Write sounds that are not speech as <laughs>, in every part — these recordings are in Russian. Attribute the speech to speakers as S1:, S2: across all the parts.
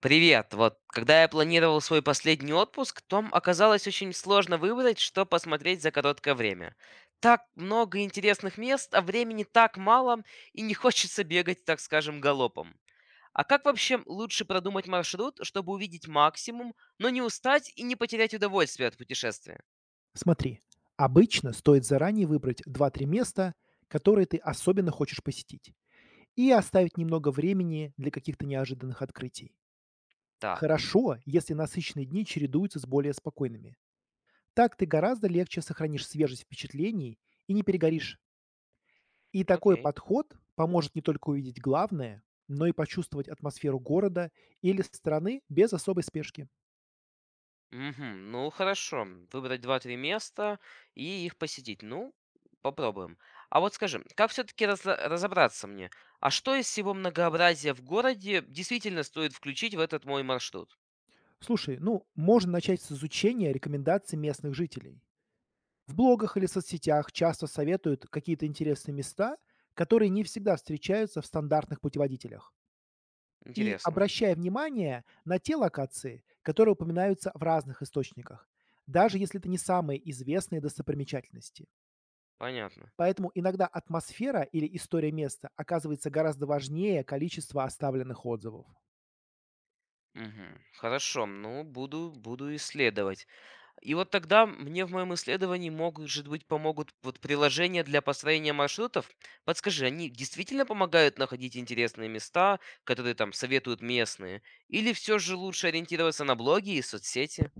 S1: Привет. Вот, когда я планировал свой последний отпуск, то оказалось очень сложно выбрать, что посмотреть за короткое время. Так много интересных мест, а времени так мало, и не <laughs> хочется бегать, так скажем, галопом. А как вообще лучше продумать маршрут, чтобы увидеть максимум, но не устать и не потерять удовольствие от путешествия?
S2: Смотри, обычно стоит заранее выбрать два-три места, которые ты особенно хочешь посетить, и оставить немного времени для каких-то неожиданных открытий.
S1: Так,
S2: Хорошо, если насыщенные дни чередуются с более спокойными. Так ты гораздо легче сохранишь свежесть впечатлений и не перегоришь. И такой
S1: окей.
S2: подход поможет не только увидеть главное, но и почувствовать атмосферу города или страны без особой спешки.
S1: Мгм. Ну хорошо, выбрать два три места и их посетить. Ну, попробуем. А вот скажи, как все-таки разобраться мне, а что из всего многообразия в городе действительно стоит включить в этот мой маршрут?
S2: Слушай, ну, можно начать с изучения рекомендаций местных жителей. В блогах или соцсетях часто советуют какие-то интересные места, которые не всегда встречаются в стандартных путеводителях. И
S1: Интересно.
S2: обращая внимание на те локации, которые упоминаются в разных источниках, даже если это не самые известные достопримечательности.
S1: Понятно.
S2: Поэтому иногда атмосфера или история места оказывается гораздо важнее количества оставленных отзывов.
S1: Мгм. Хорошо, ну буду исследовать. И вот тогда мне в моем исследовании, может быть, помогут вот приложения для построения маршрутов. Подскажи, они действительно помогают находить интересные места, которые там советуют местные? Или все же лучше ориентироваться на блоги и соцсети?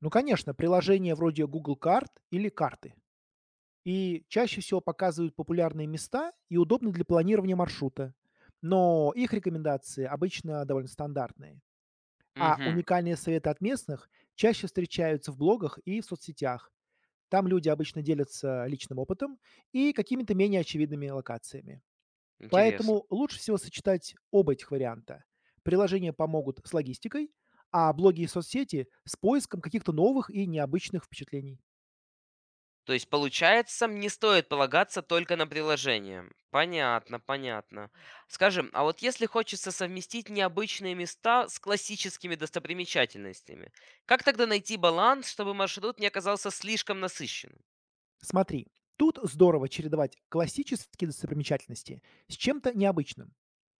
S2: Ну, конечно, приложения вроде Google карт или карты И чаще всего показывают популярные места и удобные для планирования маршрута. Но их рекомендации обычно довольно стандартные. А
S1: Угу,
S2: уникальные советы от местных чаще встречаются в блогах и в соцсетях. Там люди обычно делятся личным опытом и какими-то менее очевидными локациями.
S1: интересно.
S2: Поэтому лучше всего сочетать оба этих варианта. Приложения помогут с логистикой, а блоги и соцсети с поиском каких-то новых и необычных впечатлений.
S1: То есть, получается, не стоит полагаться только на приложение. Понятно, понятно. Скажем, а вот если хочется совместить необычные места с классическими достопримечательностями, как тогда найти баланс, чтобы маршрут не оказался слишком насыщенным?
S2: Смотри, тут здорово чередовать классические достопримечательности с чем-то необычным.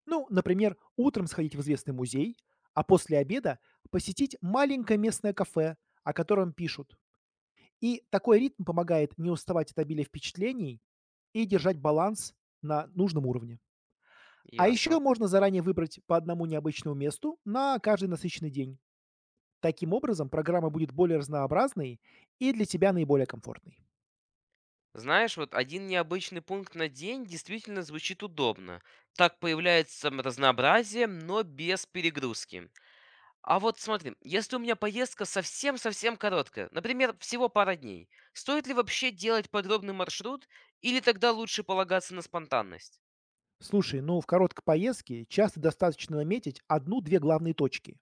S2: Ну, например, утром сходить в известный музей, а после обеда посетить маленькое местное кафе, о котором пишут. И такой ритм помогает не уставать от обилия впечатлений и держать баланс на нужном уровне. А еще
S1: Ясно.
S2: можно заранее выбрать по одному необычному месту на каждый насыщенный день. Таким образом, программа будет более разнообразной и для тебя наиболее комфортной.
S1: Знаешь, вот один необычный пункт на день действительно звучит удобно. Так появляется разнообразие, но без перегрузки. А вот смотри, если у меня поездка совсем-совсем короткая, например, всего пара дней, стоит ли вообще делать подробный маршрут или тогда лучше полагаться на спонтанность?
S2: Слушай, ну в короткой поездке часто достаточно наметить одну-две главные точки,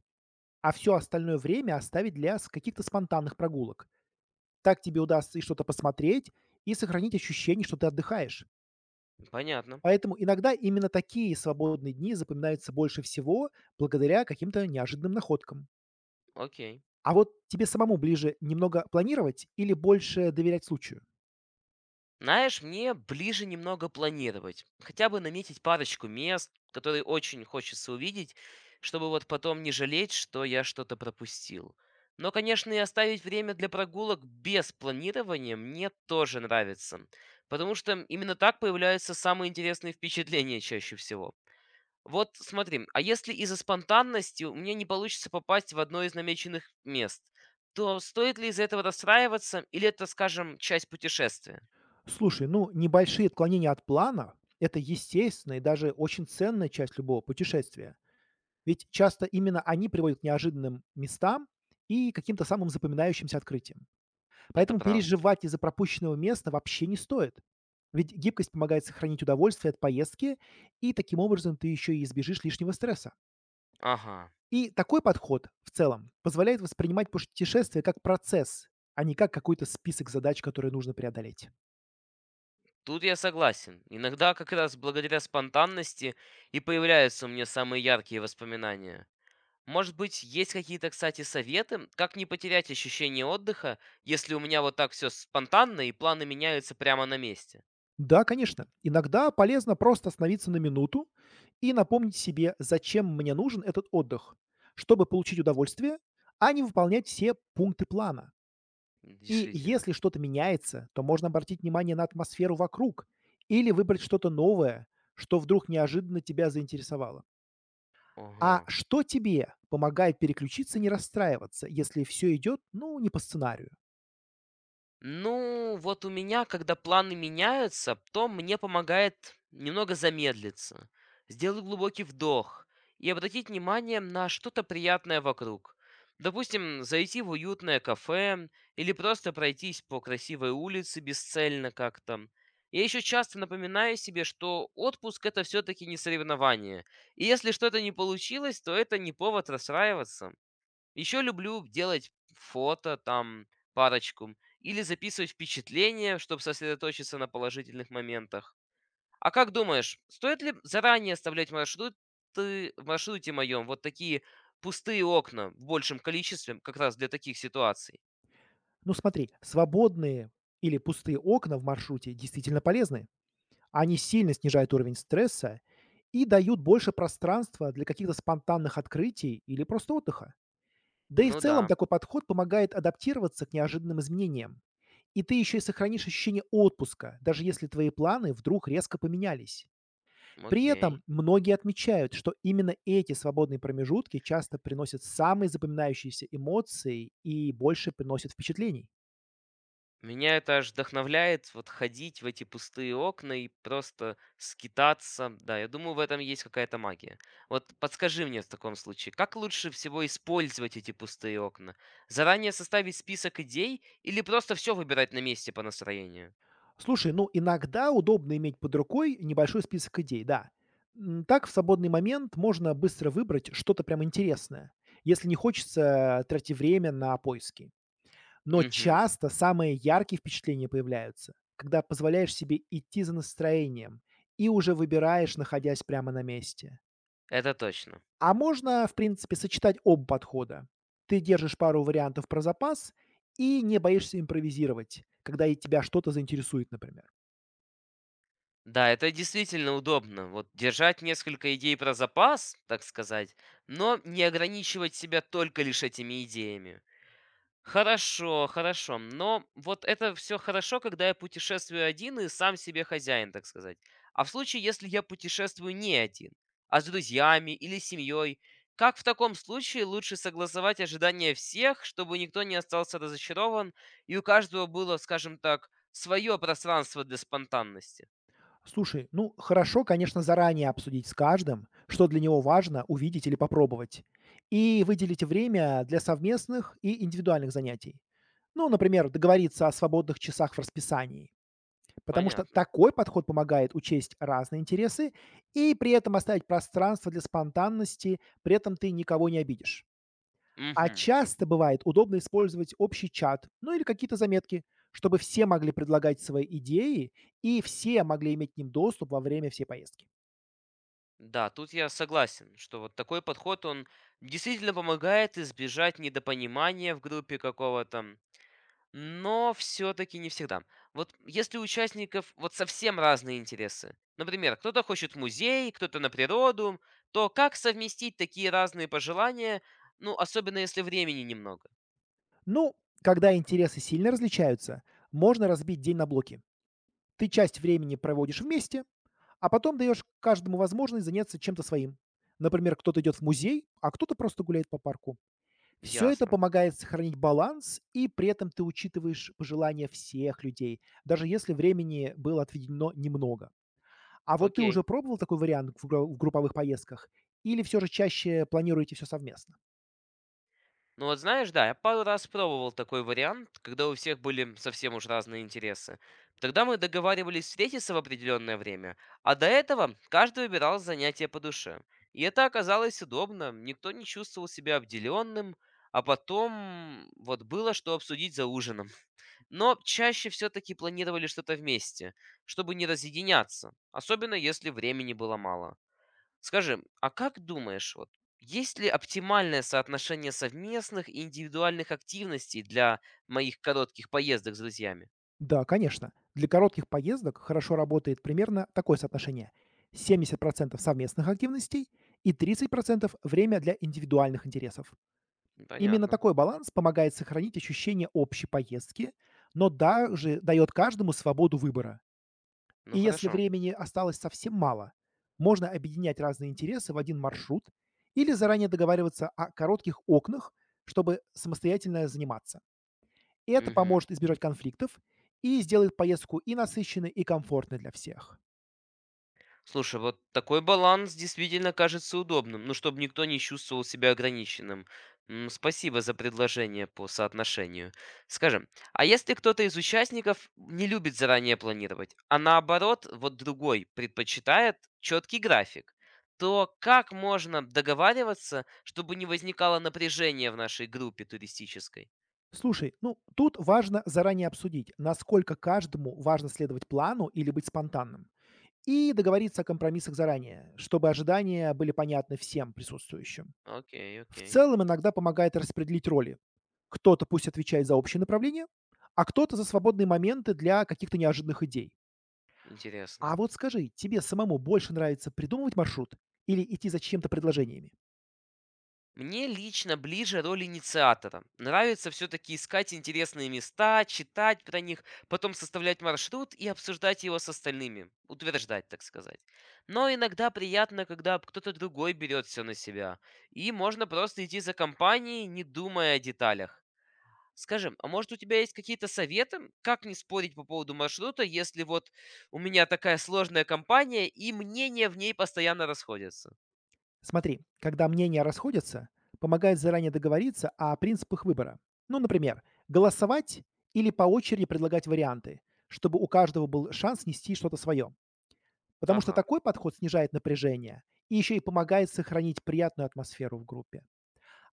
S2: а все остальное время оставить для каких-то спонтанных прогулок. Так тебе удастся и что-то посмотреть, и сохранить ощущение, что ты отдыхаешь.
S1: Понятно.
S2: Поэтому иногда именно такие свободные дни запоминаются больше всего благодаря каким-то неожиданным находкам.
S1: Окей.
S2: А вот тебе самому ближе немного планировать или больше доверять случаю?
S1: Знаешь, мне ближе немного планировать. Хотя бы наметить парочку мест, которые очень хочется увидеть, чтобы вот потом не жалеть, что я что-то пропустил. Но, конечно, и оставить время для прогулок без планирования мне тоже нравится. Потому что именно так появляются самые интересные впечатления чаще всего. Вот смотри, а если из-за спонтанности у меня не получится попасть в одно из намеченных мест, то стоит ли из-за этого расстраиваться, или это, скажем, часть путешествия?
S2: Слушай, ну небольшие отклонения от плана — это естественная и даже очень ценная часть любого путешествия. Ведь часто именно они приводят к неожиданным местам и каким-то самым запоминающимся открытиям.
S1: Это
S2: Поэтому
S1: правда.
S2: переживать из-за пропущенного места вообще не стоит. Ведь гибкость помогает сохранить удовольствие от поездки, и таким образом ты еще и избежишь лишнего стресса.
S1: Ага,
S2: И такой подход в целом позволяет воспринимать путешествие как процесс, а не как какой-то список задач, которые нужно преодолеть.
S1: тут я согласен. Иногда как раз благодаря спонтанности и появляются у меня самые яркие воспоминания. Может быть, есть какие-то, кстати, советы, как не потерять ощущение отдыха, если у меня вот так все спонтанно и планы меняются прямо на месте?
S2: Да, конечно. Иногда полезно просто остановиться на минуту и напомнить себе, зачем мне нужен этот отдых, чтобы получить удовольствие, а не выполнять все пункты плана. И
S1: Действительно.
S2: если что-то меняется, то можно обратить внимание на атмосферу вокруг или выбрать что-то новое, что вдруг неожиданно тебя заинтересовало.
S1: Ага.
S2: А что тебе помогает переключиться и не расстраиваться, если все идет, ну, не по сценарию?
S1: Ну, вот у меня, когда планы меняются, то мне помогает немного замедлиться, сделать глубокий вдох и обратить внимание на что-то приятное вокруг. Допустим, зайти в уютное кафе или просто пройтись по красивой улице бесцельно как-то. Я еще часто напоминаю себе, что отпуск это все-таки не соревнование. И если что-то не получилось, то это не повод расстраиваться. Еще люблю делать фото, там, парочку, или записывать впечатления, чтобы сосредоточиться на положительных моментах. А как думаешь, стоит ли заранее оставлять маршруты, в маршруте моем вот такие пустые окна в большем количестве, как раз для таких ситуаций?
S2: Ну, смотри, свободные или пустые окна в маршруте действительно полезны. Они сильно снижают уровень стресса и дают больше пространства для каких-то спонтанных открытий или просто отдыха. Да и в
S1: Ну
S2: целом
S1: да,
S2: такой подход помогает адаптироваться к неожиданным изменениям. И ты еще и сохранишь ощущение отпуска, даже если твои планы вдруг резко поменялись. При
S1: окей.
S2: этом многие отмечают, что именно эти свободные промежутки часто приносят самые запоминающиеся эмоции и больше приносят впечатлений.
S1: Меня это аж вдохновляет вот ходить в эти пустые окна и просто скитаться. Да, я думаю, в этом есть какая-то магия. Вот подскажи мне в таком случае, как лучше всего использовать эти пустые окна? Заранее составить список идей или просто все выбирать на месте по настроению?
S2: Слушай, ну, иногда удобно иметь под рукой небольшой список идей, да. Так в свободный момент можно быстро выбрать что-то прям интересное, если не хочется тратить время на поиски. Но
S1: Угу,
S2: часто самые яркие впечатления появляются, когда позволяешь себе идти за настроением и уже выбираешь, находясь прямо на месте.
S1: это точно.
S2: А можно, в принципе, сочетать оба подхода. Ты держишь пару вариантов про запас и не боишься импровизировать, когда и тебя что-то заинтересует, например.
S1: Да, это действительно удобно. Вот держать несколько идей про запас, так сказать, но не ограничивать себя только лишь этими идеями. Хорошо, хорошо. Но вот это все хорошо, когда я путешествую один и сам себе хозяин, так сказать. А в случае, если я путешествую не один, а с друзьями или семьей, как в таком случае лучше согласовать ожидания всех, чтобы никто не остался разочарован, и у каждого было, скажем так, свое пространство для спонтанности?
S2: Слушай, ну хорошо, конечно, заранее обсудить с каждым, что для него важно увидеть или попробовать, и выделить время для совместных и индивидуальных занятий. Ну, например, договориться о свободных часах в расписании, потому что
S1: Понятно.
S2: такой подход помогает учесть разные интересы и при этом оставить пространство для спонтанности, при этом ты никого не обидишь. А
S1: Угу.
S2: часто бывает удобно использовать общий чат, ну или какие-то заметки, чтобы все могли предлагать свои идеи и все могли иметь к ним доступ во время всей поездки.
S1: Да, тут я согласен, что вот такой подход, он действительно помогает избежать недопонимания в группе какого-то. Но все-таки не всегда. Вот если у участников вот совсем разные интересы, например, кто-то хочет в музей, кто-то на природу, то как совместить такие разные пожелания, ну, особенно если времени немного?
S2: Ну, когда интересы сильно различаются, можно разбить день на блоки. Ты часть времени проводишь вместе, а потом даешь каждому возможность заняться чем-то своим. Например, кто-то идет в музей, а кто-то просто гуляет по парку. Все это
S1: Ясно.
S2: помогает сохранить баланс, и при этом ты учитываешь пожелания всех людей, даже если времени было отведено немного. А вот ты уже
S1: Окей.
S2: пробовал такой вариант в групповых поездках или все же чаще планируете все совместно?
S1: Ну вот знаешь, да, я пару раз пробовал такой вариант, когда у всех были совсем уж разные интересы. Тогда мы договаривались встретиться в определенное время, а до этого каждый выбирал занятие по душе. И это оказалось удобно, никто не чувствовал себя обделенным, а потом вот было что обсудить за ужином. Но чаще все-таки планировали что-то вместе, чтобы не разъединяться, особенно если времени было мало. Скажи, а как думаешь, вот есть ли оптимальное соотношение совместных и индивидуальных активностей для моих коротких поездок с друзьями?
S2: Да, конечно. Для коротких поездок хорошо работает примерно такое соотношение: 70% совместных активностей и 30% время для индивидуальных интересов.
S1: М,
S2: Именно
S1: Понятно.
S2: такой баланс помогает сохранить ощущение общей поездки, но даже дает каждому свободу выбора. И
S1: Ну
S2: если
S1: хорошо.
S2: времени осталось совсем мало, можно объединять разные интересы в один маршрут или заранее договариваться о коротких окнах, чтобы самостоятельно заниматься. Это
S1: Мгм.
S2: поможет избежать конфликтов и сделает поездку и насыщенной, и комфортной для всех.
S1: Слушай, вот такой баланс действительно кажется удобным, ну, чтобы никто не чувствовал себя ограниченным. Спасибо за предложение по соотношению. Скажем, а если кто-то из участников не любит заранее планировать, а наоборот, вот другой предпочитает четкий график, то как можно договариваться, чтобы не возникало напряжения в нашей группе туристической?
S2: Слушай, ну тут важно заранее обсудить, насколько каждому важно следовать плану или быть спонтанным, и договориться о компромиссах заранее, чтобы ожидания были понятны всем присутствующим.
S1: Окей,
S2: В
S1: окей,
S2: целом иногда помогает распределить роли. Кто-то пусть отвечает за общее направление, а кто-то за свободные моменты для каких-то неожиданных идей. А
S1: интересно.
S2: вот скажи, тебе самому больше нравится придумывать маршрут или идти за чьим-то предложениями?
S1: Мне лично ближе роль инициатора. Нравится все-таки искать интересные места, читать про них, потом составлять маршрут и обсуждать его с остальными. Утверждать, так сказать. Но иногда приятно, когда кто-то другой берет все на себя. И можно просто идти за компанией, не думая о деталях. Скажи, а может у тебя есть какие-то советы, как не спорить по поводу маршрута, если вот у меня такая сложная компания и мнения в ней постоянно расходятся?
S2: Смотри, когда мнения расходятся, помогает заранее договориться о принципах выбора. Ну, например, голосовать или по очереди предлагать варианты, чтобы у каждого был шанс нести что-то свое. Потому что
S1: Ага,
S2: такой подход снижает напряжение и еще и помогает сохранить приятную атмосферу в группе.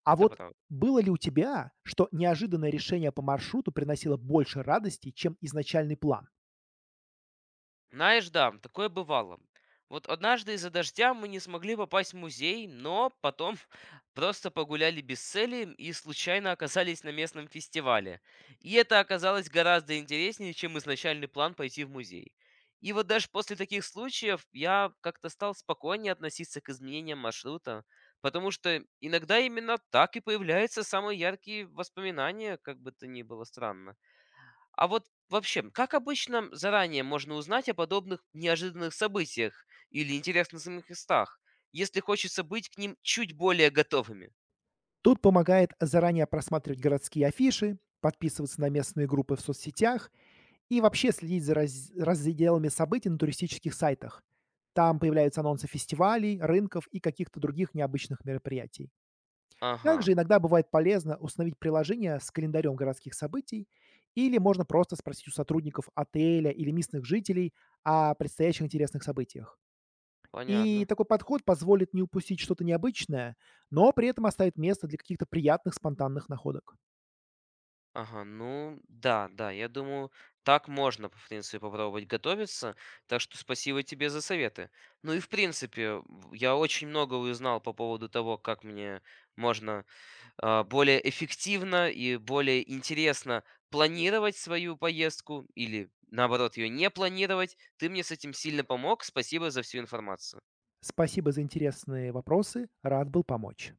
S2: А
S1: это
S2: вот
S1: правда.
S2: было ли у тебя, что неожиданное решение по маршруту приносило больше радости, чем изначальный план?
S1: Знаешь, да, такое бывало. Вот однажды из-за дождя мы не смогли попасть в музей, но потом <laughs> просто погуляли без цели и случайно оказались на местном фестивале. И это оказалось гораздо интереснее, чем изначальный план пойти в музей. И вот даже после таких случаев я как-то стал спокойнее относиться к изменениям маршрута, потому что иногда именно так и появляются самые яркие воспоминания, как бы то ни было странно. А вот вообще, как обычно заранее можно узнать о подобных неожиданных событиях или интересных самих местах, если хочется быть к ним чуть более готовыми?
S2: Тут помогает заранее просматривать городские афиши, подписываться на местные группы в соцсетях и вообще следить за разделами событий на туристических сайтах. Там появляются анонсы фестивалей, рынков и каких-то других необычных мероприятий.
S1: Ага,
S2: Также иногда бывает полезно установить приложение с календарем городских событий или можно просто спросить у сотрудников отеля или местных жителей о предстоящих интересных событиях. И
S1: понятно.
S2: такой подход позволит не упустить что-то необычное, но при этом оставит место для каких-то приятных спонтанных находок.
S1: Ага, ну да, да, я думаю, так можно, в принципе, попробовать готовиться. Так что спасибо тебе за советы. Ну и в принципе, я очень много узнал по поводу того, как мне можно более эффективно и более интересно планировать свою поездку или, наоборот, ее не планировать. Ты мне с этим сильно помог. Спасибо за всю информацию.
S2: Спасибо за интересные вопросы, рад был помочь.